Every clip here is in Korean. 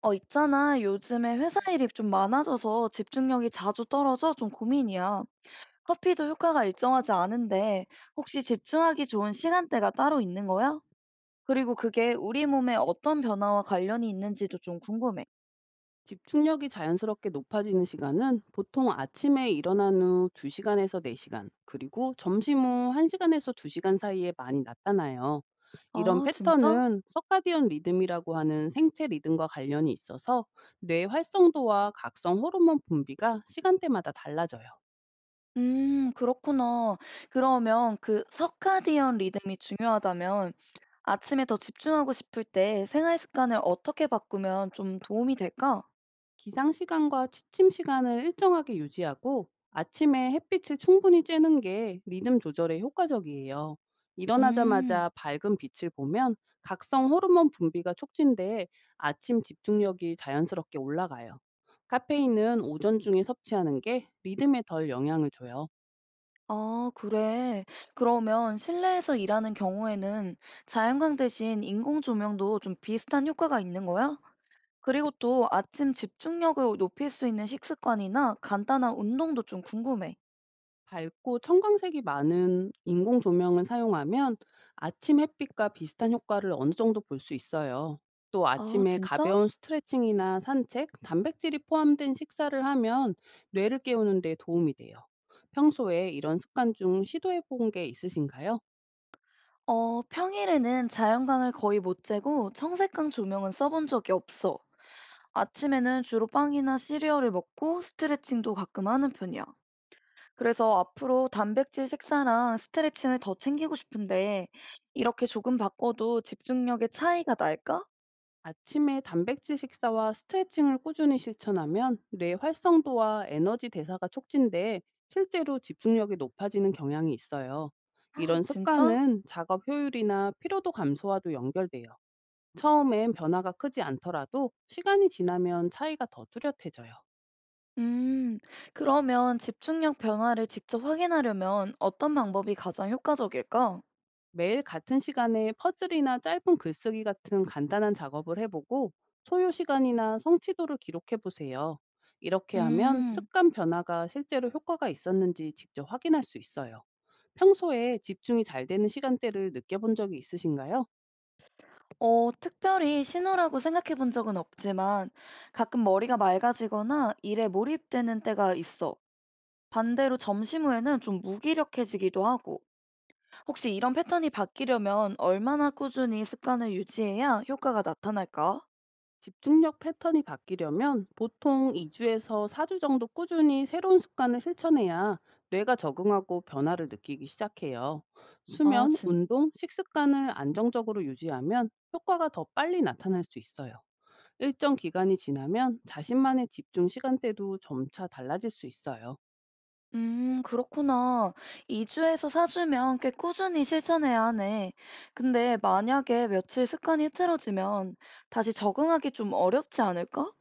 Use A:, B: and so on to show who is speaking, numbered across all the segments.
A: 어, 있잖아. 요즘에 회사 일이 좀 많아져서 집중력이 자주 떨어져 좀 고민이야. 커피도 효과가 일정하지 않은데 혹시 집중하기 좋은 시간대가 따로 있는 거야? 그리고 그게 우리 몸에 어떤 변화와 관련이 있는지도 좀 궁금해.
B: 집중력이 자연스럽게 높아지는 시간은 보통 아침에 일어난 후 2시간에서 4시간, 그리고 점심 후 1시간에서 2시간 사이에 많이 나타나요. 이런
A: 아, 진짜?
B: 패턴은 서카디언 리듬이라고 하는 생체 리듬과 관련이 있어서 뇌 활성도와 각성 호르몬 분비가 시간대마다 달라져요.
A: 그렇구나. 그러면 그 서카디언 리듬이 중요하다면 아침에 더 집중하고 싶을 때 생활 습관을 어떻게 바꾸면 좀 도움이 될까?
B: 기상 시간과 취침 시간을 일정하게 유지하고 아침에 햇빛을 충분히 쬐는 게 리듬 조절에 효과적이에요.
A: 음.
B: 일어나자마자 밝은 빛을 보면 각성 호르몬 분비가 촉진돼 아침 집중력이 자연스럽게 올라가요. 카페인은 오전 중에 섭취하는 게 리듬에 덜 영향을 줘요.
A: 아, 그래. 그러면 실내에서 일하는 경우에는 자연광 대신 인공 조명도 좀 비슷한 효과가 있는 거야? 그리고 또 아침 집중력을 높일 수 있는 식습관이나 간단한 운동도 좀 궁금해.
B: 밝고 청광색이 많은 인공 조명을 사용하면 아침 햇빛과 비슷한 효과를 어느 정도 볼 수 있어요. 또
A: 아,
B: 아침에
A: 진짜?
B: 가벼운 스트레칭이나 산책, 단백질이 포함된 식사를 하면 뇌를 깨우는 데 도움이 돼요. 평소에 이런 습관 중 시도해 본 게 있으신가요?
A: 어, 평일에는 자연광을 거의 못 쬐고 청색광 조명은 써본 적이 없어. 아침에는 주로 빵이나 시리얼을 먹고 스트레칭도 가끔 하는 편이야. 그래서 앞으로 단백질 식사랑 스트레칭을 더 챙기고 싶은데, 이렇게 조금 바꿔도 집중력의 차이가 날까?
B: 아침에 단백질 식사와 스트레칭을 꾸준히 실천하면 뇌 활성도와 에너지 대사가 촉진돼 실제로 집중력이 높아지는 경향이 있어요. 이런
A: 진짜?
B: 습관은 작업 효율이나 피로도 감소와도 연결돼요. 처음엔 변화가 크지 않더라도 시간이 지나면 차이가 더 뚜렷해져요.
A: 음, 그러면 집중력 변화를 직접 확인하려면 어떤 방법이 가장 효과적일까?
B: 매일 같은 시간에 퍼즐이나 짧은 글쓰기 같은 간단한 작업을 해보고 소요 시간이나 성취도를 기록해 보세요. 이렇게 하면
A: 음,
B: 습관 변화가 실제로 효과가 있었는지 직접 확인할 수 있어요. 평소에 집중이 잘 되는 시간대를 느껴본 적이 있으신가요?
A: 어, 특별히 신호라고 생각해 본 적은 없지만 가끔 머리가 맑아지거나 일에 몰입되는 때가 있어. 반대로 점심 후에는 좀 무기력해지기도 하고. 혹시 이런 패턴이 바뀌려면 얼마나 꾸준히 습관을 유지해야 효과가 나타날까?
B: 집중력 패턴이 바뀌려면 보통 2주에서 4주 정도 꾸준히 새로운 습관을 실천해야 뇌가 적응하고 변화를 느끼기 시작해요.
A: 아,
B: 수면,
A: 진,
B: 운동, 식습관을 안정적으로 유지하면 효과가 더 빨리 나타날 수 있어요. 일정 기간이 지나면 자신만의 집중 시간대도 점차 달라질 수 있어요.
A: 그렇구나. 2주에서 4주면 꽤 꾸준히 실천해야 하네. 근데 만약에 며칠 습관이 흐트러지면 다시 적응하기 좀 어렵지 않을까?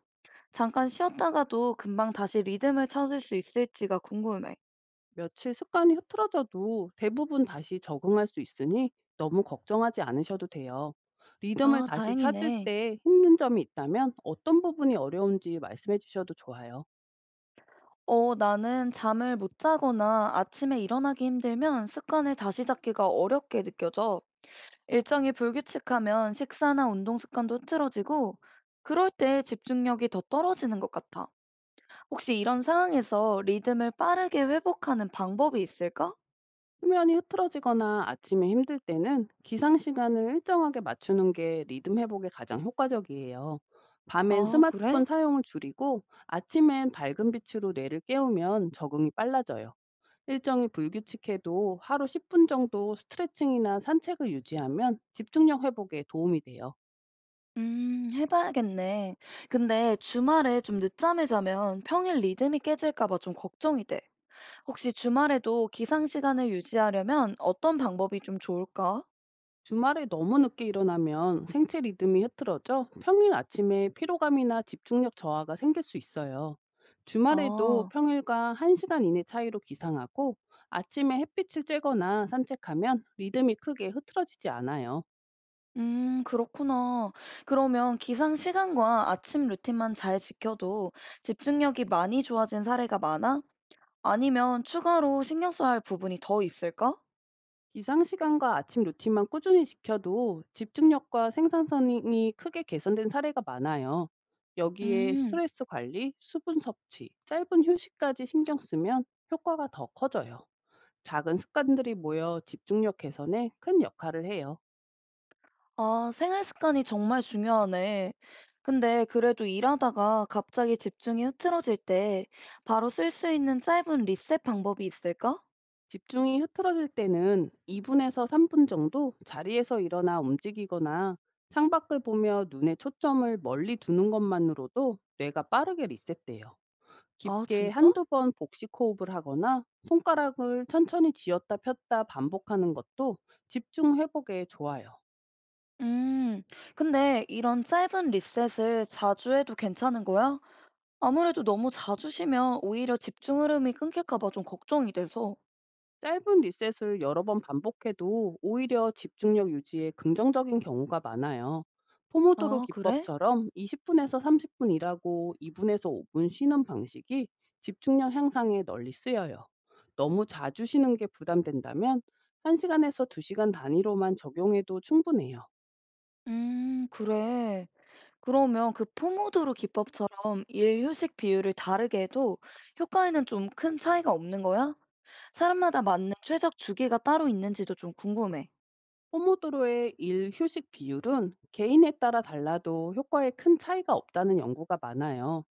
A: 잠깐 쉬었다가도 금방 다시 리듬을 찾을 수 있을지가 궁금해.
B: 며칠 습관이 흐트러져도 대부분 다시 적응할 수 있으니 너무 걱정하지 않으셔도 돼요. 리듬을
A: 아,
B: 다시 찾을
A: 다행이네.
B: 때 힘든 점이 있다면 어떤 부분이 어려운지 말씀해 주셔도 좋아요.
A: 어, 나는 잠을 못 자거나 아침에 일어나기 힘들면 습관을 다시 잡기가 어렵게 느껴져. 일정이 불규칙하면 식사나 운동 습관도 흐트러지고 그럴 때 집중력이 더 떨어지는 것 같아. 혹시 이런 상황에서 리듬을 빠르게 회복하는 방법이 있을까?
B: 수면이 흐트러지거나 아침에 힘들 때는 기상 시간을 일정하게 맞추는 게 리듬 회복에 가장 효과적이에요. 밤엔
A: 아,
B: 스마트폰
A: 그래?
B: 사용을 줄이고 아침엔 밝은 빛으로 뇌를 깨우면 적응이 빨라져요. 일정이 불규칙해도 하루 10분 정도 스트레칭이나 산책을 유지하면 집중력 회복에 도움이 돼요.
A: 해봐야겠네. 근데 주말에 좀 늦잠을 자면 평일 리듬이 깨질까 봐 좀 걱정이 돼. 혹시 주말에도 기상 시간을 유지하려면 어떤 방법이 좀 좋을까?
B: 주말에 너무 늦게 일어나면 생체 리듬이 흐트러져 평일 아침에 피로감이나 집중력 저하가 생길 수 있어요. 주말에도
A: 아.
B: 평일과 1시간 이내 차이로 기상하고 아침에 햇빛을 쬐거나 산책하면 리듬이 크게 흐트러지지 않아요.
A: 그렇구나. 그러면 기상 시간과 아침 루틴만 잘 지켜도 집중력이 많이 좋아진 사례가 많아? 아니면 추가로 신경 써야 할 부분이 더 있을까?
B: 기상 시간과 아침 루틴만 꾸준히 지켜도 집중력과 생산성이 크게 개선된 사례가 많아요. 여기에
A: 음,
B: 스트레스 관리, 수분 섭취, 짧은 휴식까지 신경 쓰면 효과가 더 커져요. 작은 습관들이 모여 집중력 개선에 큰 역할을 해요.
A: 아, 생활 습관이 정말 중요하네. 근데 그래도 일하다가 갑자기 집중이 흐트러질 때 바로 쓸 수 있는 짧은 리셋 방법이 있을까?
B: 집중이 흐트러질 때는 2분에서 3분 정도 자리에서 일어나 움직이거나 창밖을 보며 눈의 초점을 멀리 두는 것만으로도 뇌가 빠르게 리셋돼요.
A: 아,
B: 깊게
A: 진짜?
B: 한두 번 복식 호흡을 하거나 손가락을 천천히 쥐었다 폈다 반복하는 것도 집중 회복에 좋아요.
A: 음, 근데 이런 짧은 리셋을 자주 해도 괜찮은 거야? 아무래도 너무 자주 쉬면 오히려 집중 흐름이 끊길까 봐 좀 걱정이 돼서.
B: 짧은 리셋을 여러 번 반복해도 오히려 집중력 유지에 긍정적인 경우가 많아요. 포모도로
A: 아, 그래?
B: 기법처럼 20 분에서 30분 일하고 2 분에서 5분 쉬는 방식이 집중력 향상에 널리 쓰여요. 너무 자주 쉬는 게 부담된다면 1 시간에서 2 시간 단위로만 적용해도 충분해요.
A: 그래. 그러면 그 포모도로 기법처럼 일 휴식 비율을 다르게 해도 효과에는 좀 큰 차이가 없는 거야? 사람마다 맞는 최적 주기가 따로 있는지도 좀 궁금해.
B: 포모도로의 일 휴식 비율은 개인에 따라 달라도 효과에 큰 차이가 없다는 연구가 많아요.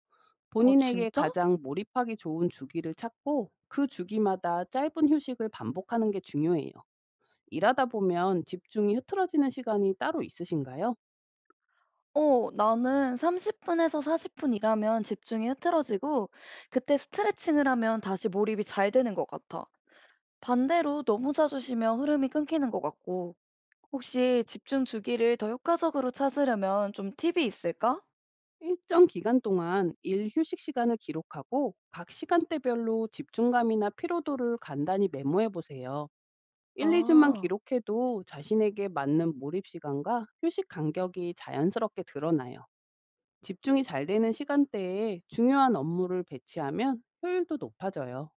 A: 아,
B: 본인에게
A: 진짜?
B: 가장 몰입하기 좋은 주기를 찾고 그 주기마다 짧은 휴식을 반복하는 게 중요해요. 일하다 보면 집중이 흐트러지는 시간이 따로 있으신가요?
A: 어, 나는 30분에서 40분 일하면 집중이 흐트러지고, 그때 스트레칭을 하면 다시 몰입이 잘 되는 것 같아. 반대로 너무 자주 쉬면 흐름이 끊기는 것 같고. 혹시 집중 주기를 더 효과적으로 찾으려면 좀 팁이 있을까?
B: 일정 기간 동안 일 휴식 시간을 기록하고 각 시간대별로 집중감이나 피로도를 간단히 메모해 보세요. 1-2 주만
A: 아,
B: 기록해도 자신에게 맞는 몰입 시간과 휴식 간격이 자연스럽게 드러나요. 집중이 잘 되는 시간대에 중요한 업무를 배치하면 효율도 높아져요.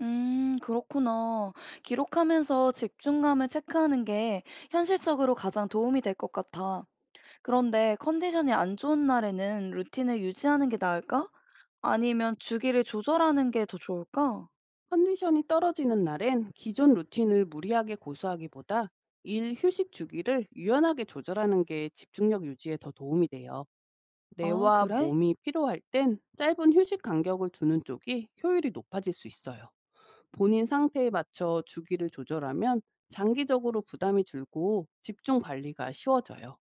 A: 그렇구나. 기록하면서 집중감을 체크하는 게 현실적으로 가장 도움이 될 것 같아. 그런데 컨디션이 안 좋은 날에는 루틴을 유지하는 게 나을까? 아니면 주기를 조절하는 게 더 좋을까?
B: 컨디션이 떨어지는 날엔 기존 루틴을 무리하게 고수하기보다 일 휴식 주기를 유연하게 조절하는 게 집중력 유지에 더 도움이 돼요.
A: 아,
B: 뇌와
A: 그래?
B: 몸이 피로할 땐 짧은 휴식 간격을 두는 쪽이 효율이 높아질 수 있어요. 본인 상태에 맞춰 주기를 조절하면 장기적으로 부담이 줄고 집중 관리가 쉬워져요.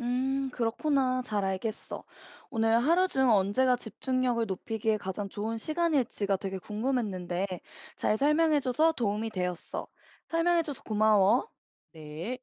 A: 그렇구나. 잘 알겠어. 오늘 하루 중 언제가 집중력을 높이기에 가장 좋은 시간일지가 되게 궁금했는데 잘 설명해줘서 도움이 되었어. 설명해줘서 고마워.
B: 네.